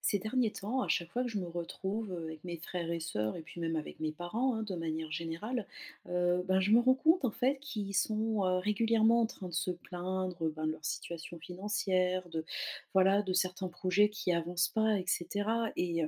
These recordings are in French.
Ces derniers temps, à chaque fois que je me retrouve avec mes frères et sœurs, et puis même avec mes parents, hein, de manière générale, ben, je me rends compte en fait qu'ils sont régulièrement en train de se plaindre ben, de leur situation financière, de voilà, de certains projets qui avancent pas, etc. Et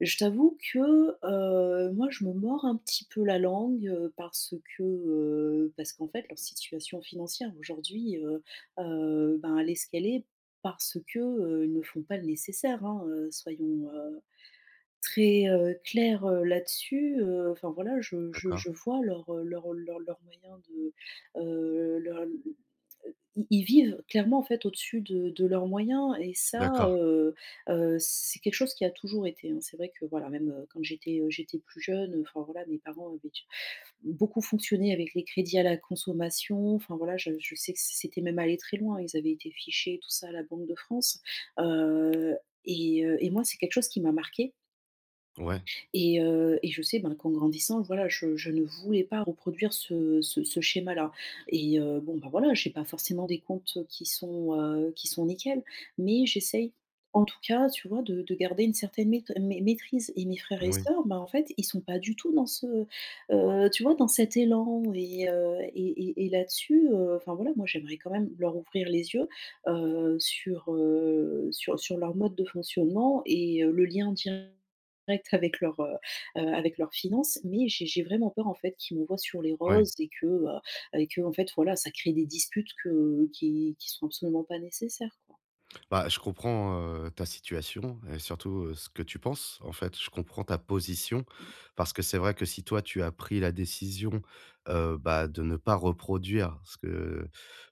je t'avoue que, moi, je me mords un petit peu la langue, parce qu'en fait, leur situation financière aujourd'hui, ben, elle est ce qu'elle est parce que, ils ne font pas le nécessaire, hein, soyons, très, clairs, là-dessus, enfin voilà, je je D'accord, je vois leurs, leurs moyens de, leur ils ils vivent clairement, en fait, au-dessus de leurs moyens et ça, d'accord. heu c'est quelque chose qui a toujours été, hein. C'est vrai que, voilà, même, quand j'étais plus jeune, enfin, voilà, mes parents avaient beaucoup fonctionné avec les crédits à la consommation. Enfin, voilà, je sais que c'était même allé très loin. Ils avaient été fichés, tout ça, à la Banque de France. Heu et heu et moi, c'est quelque chose qui m'a marquée, Ouais, et je sais, ben, qu'en grandissant, voilà, je ne voulais pas reproduire ce schéma-là, bon, ben, voilà, j'ai pas forcément des comptes, qui sont nickels, mais j'essaye, en tout cas, tu vois, de garder une certaine maîtrise, et mes frères et oui, sœurs, ben, en fait, ils sont pas du tout tu vois, dans cet élan, et là-dessus, enfin, voilà, moi, j'aimerais quand même leur ouvrir les yeux, sur, sur leur mode de fonctionnement, le lien direct avec leur avec leurs finances, mais j'ai vraiment peur, en fait, qu'ils m'envoient sur les oui. roses et que, en fait, voilà, ça crée des disputes que qui sont absolument pas nécessaires, quoi. Bah, je comprends, ta situation et surtout, ce que tu penses. En fait, je comprends ta position Mmh, parce que c'est vrai que si toi, tu as pris la décision, bah, de ne pas reproduire ce que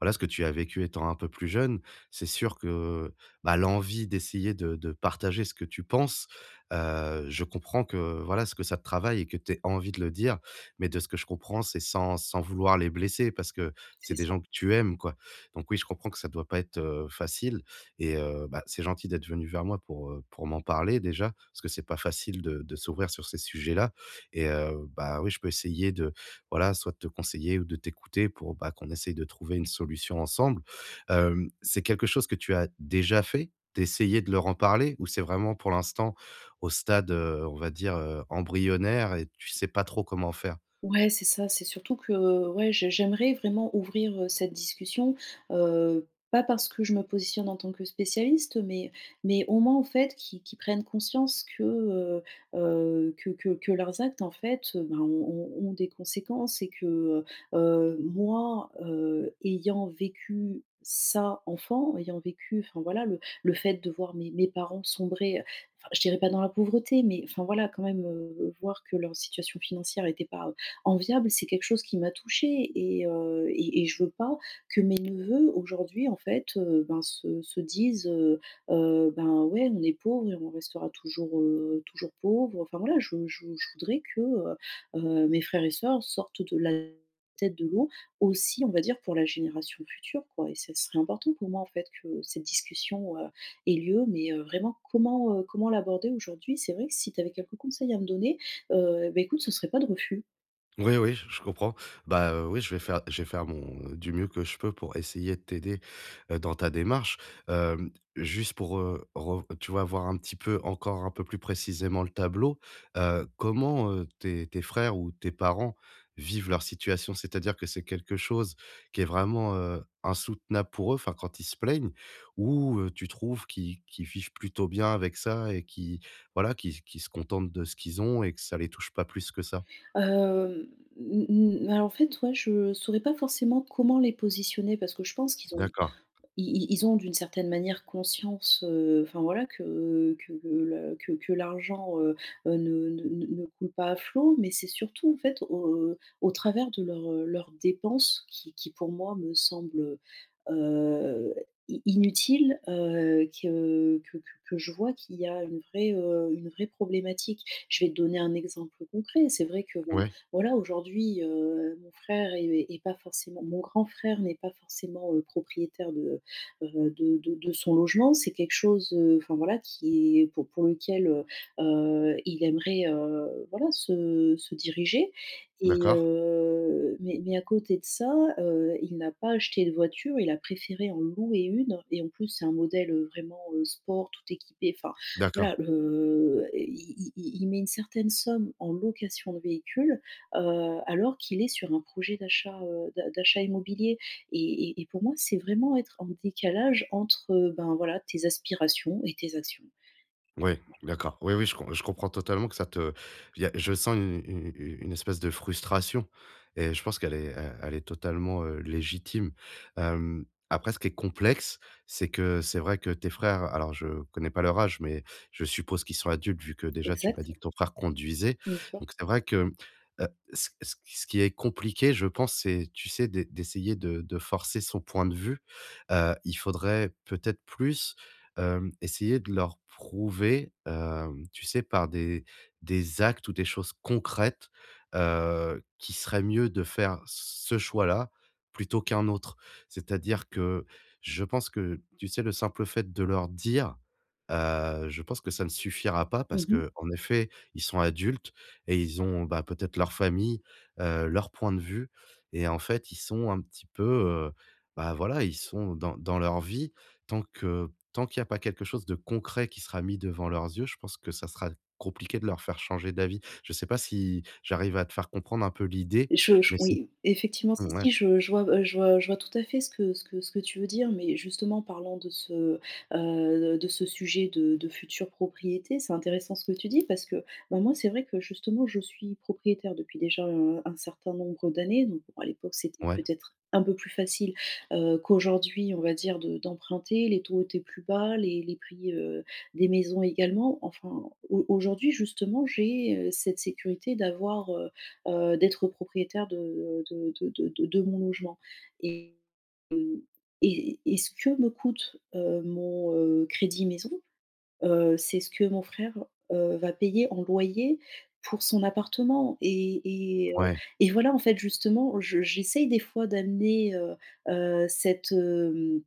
voilà, ce que tu as vécu étant un peu plus jeune, c'est sûr que, bah, l'envie d'essayer de partager ce que tu penses, je comprends que, voilà, ce que ça te travaille et que tu aies envie de le dire. Mais de ce que je comprends, c'est sans vouloir les blesser parce que c'est c'est des ça. gens que tu aimes, quoi. Donc oui, je comprends que ça doit pas être, facile et bah, c'est gentil d'être venu vers moi pour m'en parler déjà, parce que c'est pas facile de s'ouvrir sur ces sujets-là et bah, oui, je peux essayer de, voilà, soit de te conseiller ou de t'écouter pour, bah, qu'on essaye de trouver une solution ensemble. C'est quelque chose que tu as déjà fait? D'essayer de leur en parler? Ou c'est vraiment pour l'instant au stade, on va dire, embryonnaire et tu sais pas trop comment faire? Ouais, c'est ça, c'est surtout que, ouais, j'aimerais vraiment ouvrir, cette discussion, pas parce que je me positionne en tant que spécialiste, mais au moins, en fait, qu'ils prennent conscience que, que leurs actes, en fait, ben, ont des conséquences et que, moi, ayant vécu ça enfant, ayant vécu, enfin, voilà, le fait de voir mes parents sombrer, enfin, je dirais pas dans la pauvreté, mais enfin, voilà, quand même, voir que leur situation financière n'était pas enviable, c'est quelque chose qui m'a touchée, et je veux pas que mes neveux aujourd'hui, en fait, ben, se disent, «Ben, ouais, on est pauvre et on restera toujours pauvre.» Enfin voilà, je voudrais que, mes frères et sœurs sortent de la tête de l'eau aussi, on va dire, pour la génération future, quoi, et ça serait important pour moi, en fait, que cette discussion, ait lieu, mais vraiment comment l'aborder aujourd'hui? C'est vrai que si tu avais quelques conseils à me donner, beh, écoute, ce serait pas de refus. Oui, oui, je comprends. Bah, oui, je vais faire mon du mieux que je peux pour essayer de t'aider, dans ta démarche. Hem, Juste pour, rev tu vois, voir un petit peu encore un peu plus précisément le tableau, comment, tes frères ou tes parents vivent leur situation? C'est-à-dire que c'est quelque chose qui est vraiment, insoutenable pour eux, enfin, quand ils se plaignent? Ou, tu trouves qu'ils vivent plutôt bien avec ça et qui, voilà, qui se contentent de ce qu'ils ont et que ça les touche pas plus que ça? Hem, n n alors en fait, ouais, je saurais pas forcément comment les positionner parce que je pense qu'ils ont D'accord. ils ils ont d'une certaine manière conscience, enfin voilà que le que l'argent, ne coule pas à flot, mais c'est surtout en fait au travers de leurs, leurs dépenses qui pour moi me semblent, heu, i inutiles, que je vois qu'il y a une vraie problématique. Je vais te donner un exemple concret. C'est vrai que ben, Ouais, voilà aujourd'hui, mon grand frère n'est pas forcément, propriétaire de son logement. C'est quelque chose, enfin voilà, qui est pour lequel il aimerait voilà se diriger. Et d'accord, euh, mais, mais à côté de ça, il n'a pas acheté de voiture, il a préféré en louer une. Et en plus, c'est un modèle vraiment sport, tout équipé. Enfin, d'accord. voilà, il met une certaine somme en location de véhicule, alors qu'il est sur un projet d'achat immobilier. Et pour moi, c'est vraiment être en décalage entre, ben, voilà, tes aspirations et tes actions. Ouais, Ouais. d'accord. Oui, oui, je comprends totalement que ça te il y a je sens une espèce de frustration et je pense qu'elle est e elle est totalement, légitime. Après ce qui est complexe, c'est que c'est vrai que tes frères alors je connais pas leur âge, mais je suppose qu'ils sont adultes vu que déjà tu m'as Exact, dit que ton frère conduisait. bien sûr. Donc c'est vrai que, heu, ce qui est compliqué, je pense, c'est, tu sais, d'essayer de forcer son point de vue. Il faudrait peut-être plus essayer de leur prouver, tu sais, par des actes ou des choses concrètes, qu'il serait mieux de faire ce choix-là plutôt qu'un autre. C'est-à-dire que je pense que, tu sais, le simple fait de leur dire, je pense que ça ne suffira pas parce Mmh. que, en effet, ils sont adultes et ils ont, bah, peut-être leur famille, leur point de vue et en fait, ils sont un petit peu, bah, voilà, ils sont dans leur vie. Tant qu'il n'y a pas quelque chose de concret qui sera mis devant leurs yeux, je pense que ça sera compliqué de leur faire changer d'avis. Je sais pas si j'arrive à te faire comprendre un peu l'idée, Je mais c'est oui, effectivement, si, ouais, si, je vois tout à fait ce que tu veux dire, mais justement, parlant de ce sujet de future propriété, c'est intéressant ce que tu dis parce que, bah, moi, c'est vrai que, justement, je suis propriétaire depuis déjà un certain nombre d'années, donc bon, à l'époque, c'était ouais, peut-être un peu plus facile, qu'aujourd'hui, on va dire, de d'emprunter. Les taux étaient plus bas, les prix, des maisons également. Enfin, au aujourd'hui, justement, j'ai, cette sécurité d'avoir, d'être propriétaire de mon logement et mmh et ce que me coûte, mon, crédit maison, c'est ce que mon frère, va payer en loyer pour son appartement et heu ouais. et voilà, en fait, justement, je j'essaye des fois d'amener, heu, cette, hem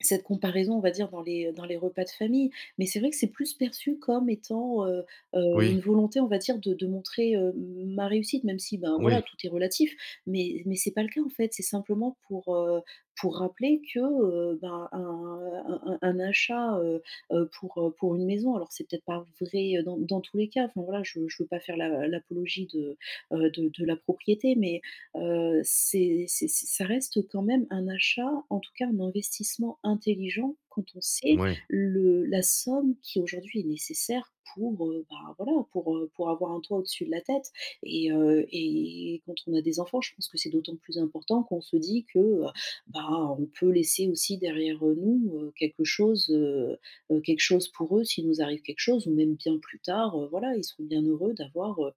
cette comparaison, on va dire, dans les repas de famille, mais c'est vrai que c'est plus perçu comme étant, Oui, une volonté, on va dire, de montrer, ma réussite, même si, ben, oui, voilà, tout est relatif, mais c'est pas le cas, en fait. C'est simplement pour rappeler que, ben, un achat, pour une maison, alors c'est peut-être pas vrai dans tous les cas, enfin, voilà, je veux pas faire l'apologie de, de la propriété, mais c'est ça reste quand même un achat, en tout cas un investissement intelligent quand on oui, sait ouais, le la somme qui aujourd'hui est nécessaire pour, bah, voilà, pour avoir un toit au-dessus de la tête, et quand on a des enfants, je pense que c'est d'autant plus important qu'on se dit que, bah, on peut laisser aussi derrière, nous, quelque chose pour eux s'il nous arrive quelque chose ou même bien plus tard, voilà, ils seront bien heureux d'avoir,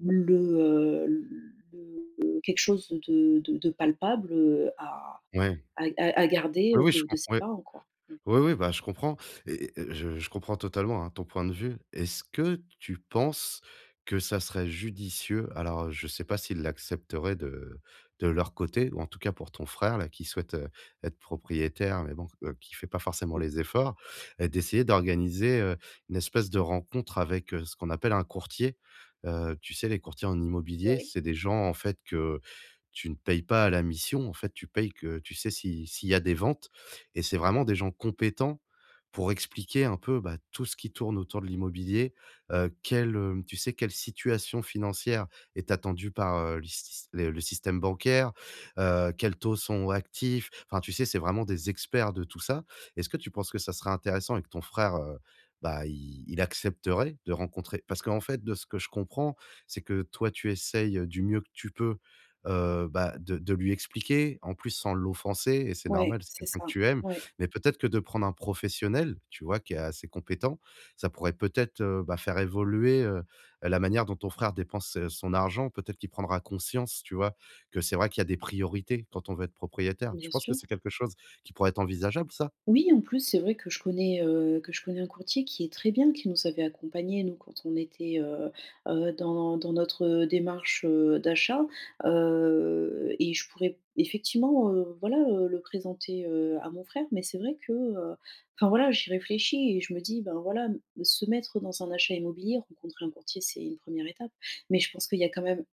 le, heu, le quelque chose de palpable, à ouais. à à à garder, Oui, oui, je de com de ses ouais. parents, quoi. Ouais. Oui, oui, bah, je comprends et je comprends totalement, hein, ton point de vue. Est-ce que tu penses que ça serait judicieux alors, je ne sais pas s'ils l'accepteraient de leur côté ou en tout cas pour ton frère là qui souhaite, être propriétaire mais bon, qui fait pas forcément Mmh. les efforts, d'essayer d'organiser, une espèce de rencontre avec, ce qu'on appelle un courtier? Tu sais, les courtiers en immobilier, Ouais, c'est des gens en fait que tu ne payes pas à la mission, en fait, tu payes que tu sais si s'il y a des ventes et c'est vraiment des gens compétents pour expliquer un peu, bah, tout ce qui tourne autour de l'immobilier, quelle, tu sais quelle situation financière est attendue par, le système bancaire, quels taux sont actifs. Enfin, tu sais, c'est vraiment des experts de tout ça. Est-ce que tu penses que ça serait intéressant et que ton frère, bah, il accepterait de rencontrer parce qu'en fait, de ce que je comprends, c'est que toi, tu essayes, du mieux que tu peux, bah, de lui expliquer, en plus sans l'offenser et c'est ouais, normal, c'est c'est quelqu'un ça. que tu aimes. Ouais, Mais peut-être que de prendre un professionnel, tu vois, qui est assez compétent, ça pourrait peut-être, bah, faire évoluer, la manière dont ton frère dépense, son argent. Peut-être qu'il prendra conscience, tu vois, que c'est vrai qu'il y a des priorités quand on veut être propriétaire. Tu bien penses que sûr. c'est quelque chose qui pourrait être envisageable ça? Oui, en plus, c'est vrai que que je connais un courtier qui est très bien, qui nous avait accompagnés, nous, quand on était, dans notre, démarche, d'achat, et je pourrais effectivement, voilà, le présenter, à mon frère. Mais c'est vrai que, enfin, voilà, j'y réfléchis et je me dis: «Ben, voilà, m se mettre dans un achat immobilier, rencontrer un courtier, c'est une première étape». Mais je pense qu'il y a quand même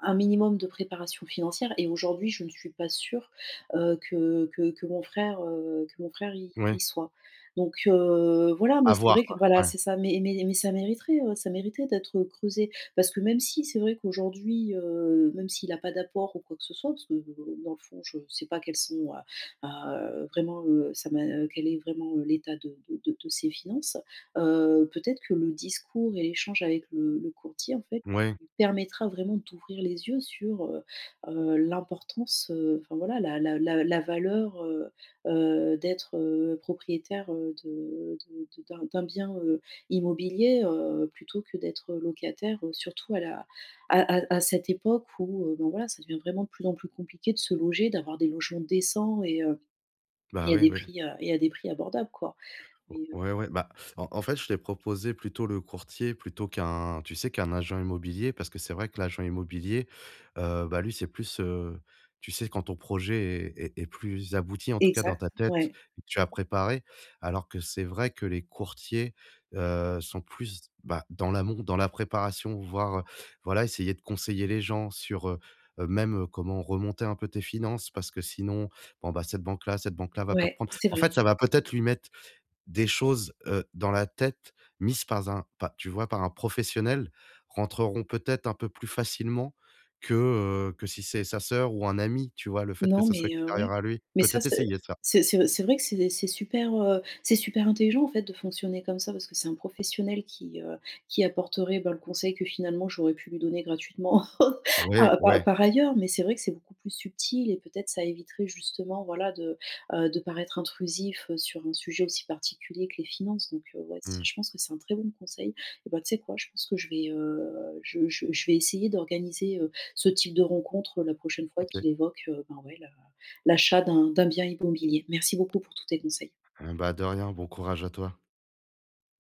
un minimum de préparation financière et aujourd'hui, je ne suis pas sûre, que mon frère y Oui. y soit. Donc voilà, mais À c'est voir vrai que quoi, voilà, ouais. c'est ça, mais ça mériterait d'être, creusé parce que même si c'est vrai qu'aujourd'hui, même s'il a pas d'apport ou quoi que ce soit, parce que, dans le fond, je ne sais pas ça m'a quel est vraiment, l'état de ses finances, peut-être que le discours et l'échange avec le courtier, en fait Ouais, lui permettra vraiment d'ouvrir les yeux sur, l'importance, enfin voilà, la valeur, d'être, propriétaire, de d'un d'un bien, immobilier, plutôt que d'être locataire, surtout à la à cette époque où, ben, voilà, ça devient vraiment de plus en plus compliqué de se loger, d'avoir des logements décents, bah, oui, oui. Et à des prix abordables, quoi. Mais, heu Ouais, ouais, bah, en fait, je t'ai proposé plutôt le courtier plutôt qu'un tu sais, qu'un agent immobilier parce que c'est vrai que l'agent immobilier, bah, lui, c'est plus, tu sais, quand ton projet est plus abouti, en tout cas dans exact, ta tête ouais, et que tu as préparé. Alors que c'est vrai que les courtiers, sont plus, bah, dans l'amont, dans la préparation, voire, voilà, essayer de conseiller les gens sur, même, comment remonter un peu tes finances parce que sinon, bon, bah, cette banque-là va pas te ouais, prendre. c'est En vrai. fait, ça va peut-être lui mettre des choses, dans la tête mises par un pa tu vois, par un professionnel rentreront peut-être un peu plus facilement que, si c'est sa sœur ou un ami, tu vois? Le fait que Non, ça soit mais extérieur ouais. à lui. Mais ça, Peut-être c'est essayer ça. c'est c'est c'est vrai que c'est super intelligent, en fait, de fonctionner comme ça parce que c'est un professionnel qui apporterait, ben, le conseil que finalement j'aurais pu lui donner gratuitement Ouais, par par ouais. par ailleurs. Mais c'est vrai que c'est beaucoup plus subtil et peut-être ça éviterait justement, voilà, de paraître intrusif, sur un sujet aussi particulier que les finances. Donc ouais, c'est Mmh. je pense que c'est un très bon conseil. Et bah, tu sais quoi? Je pense que je vais essayer d'organiser, ce type de rencontre la prochaine fois OK. qu'il évoque, ben, ouais, la l'achat d'un bien immobilier. Merci beaucoup pour tous tes conseils. Ah bah, de rien, bon courage à toi.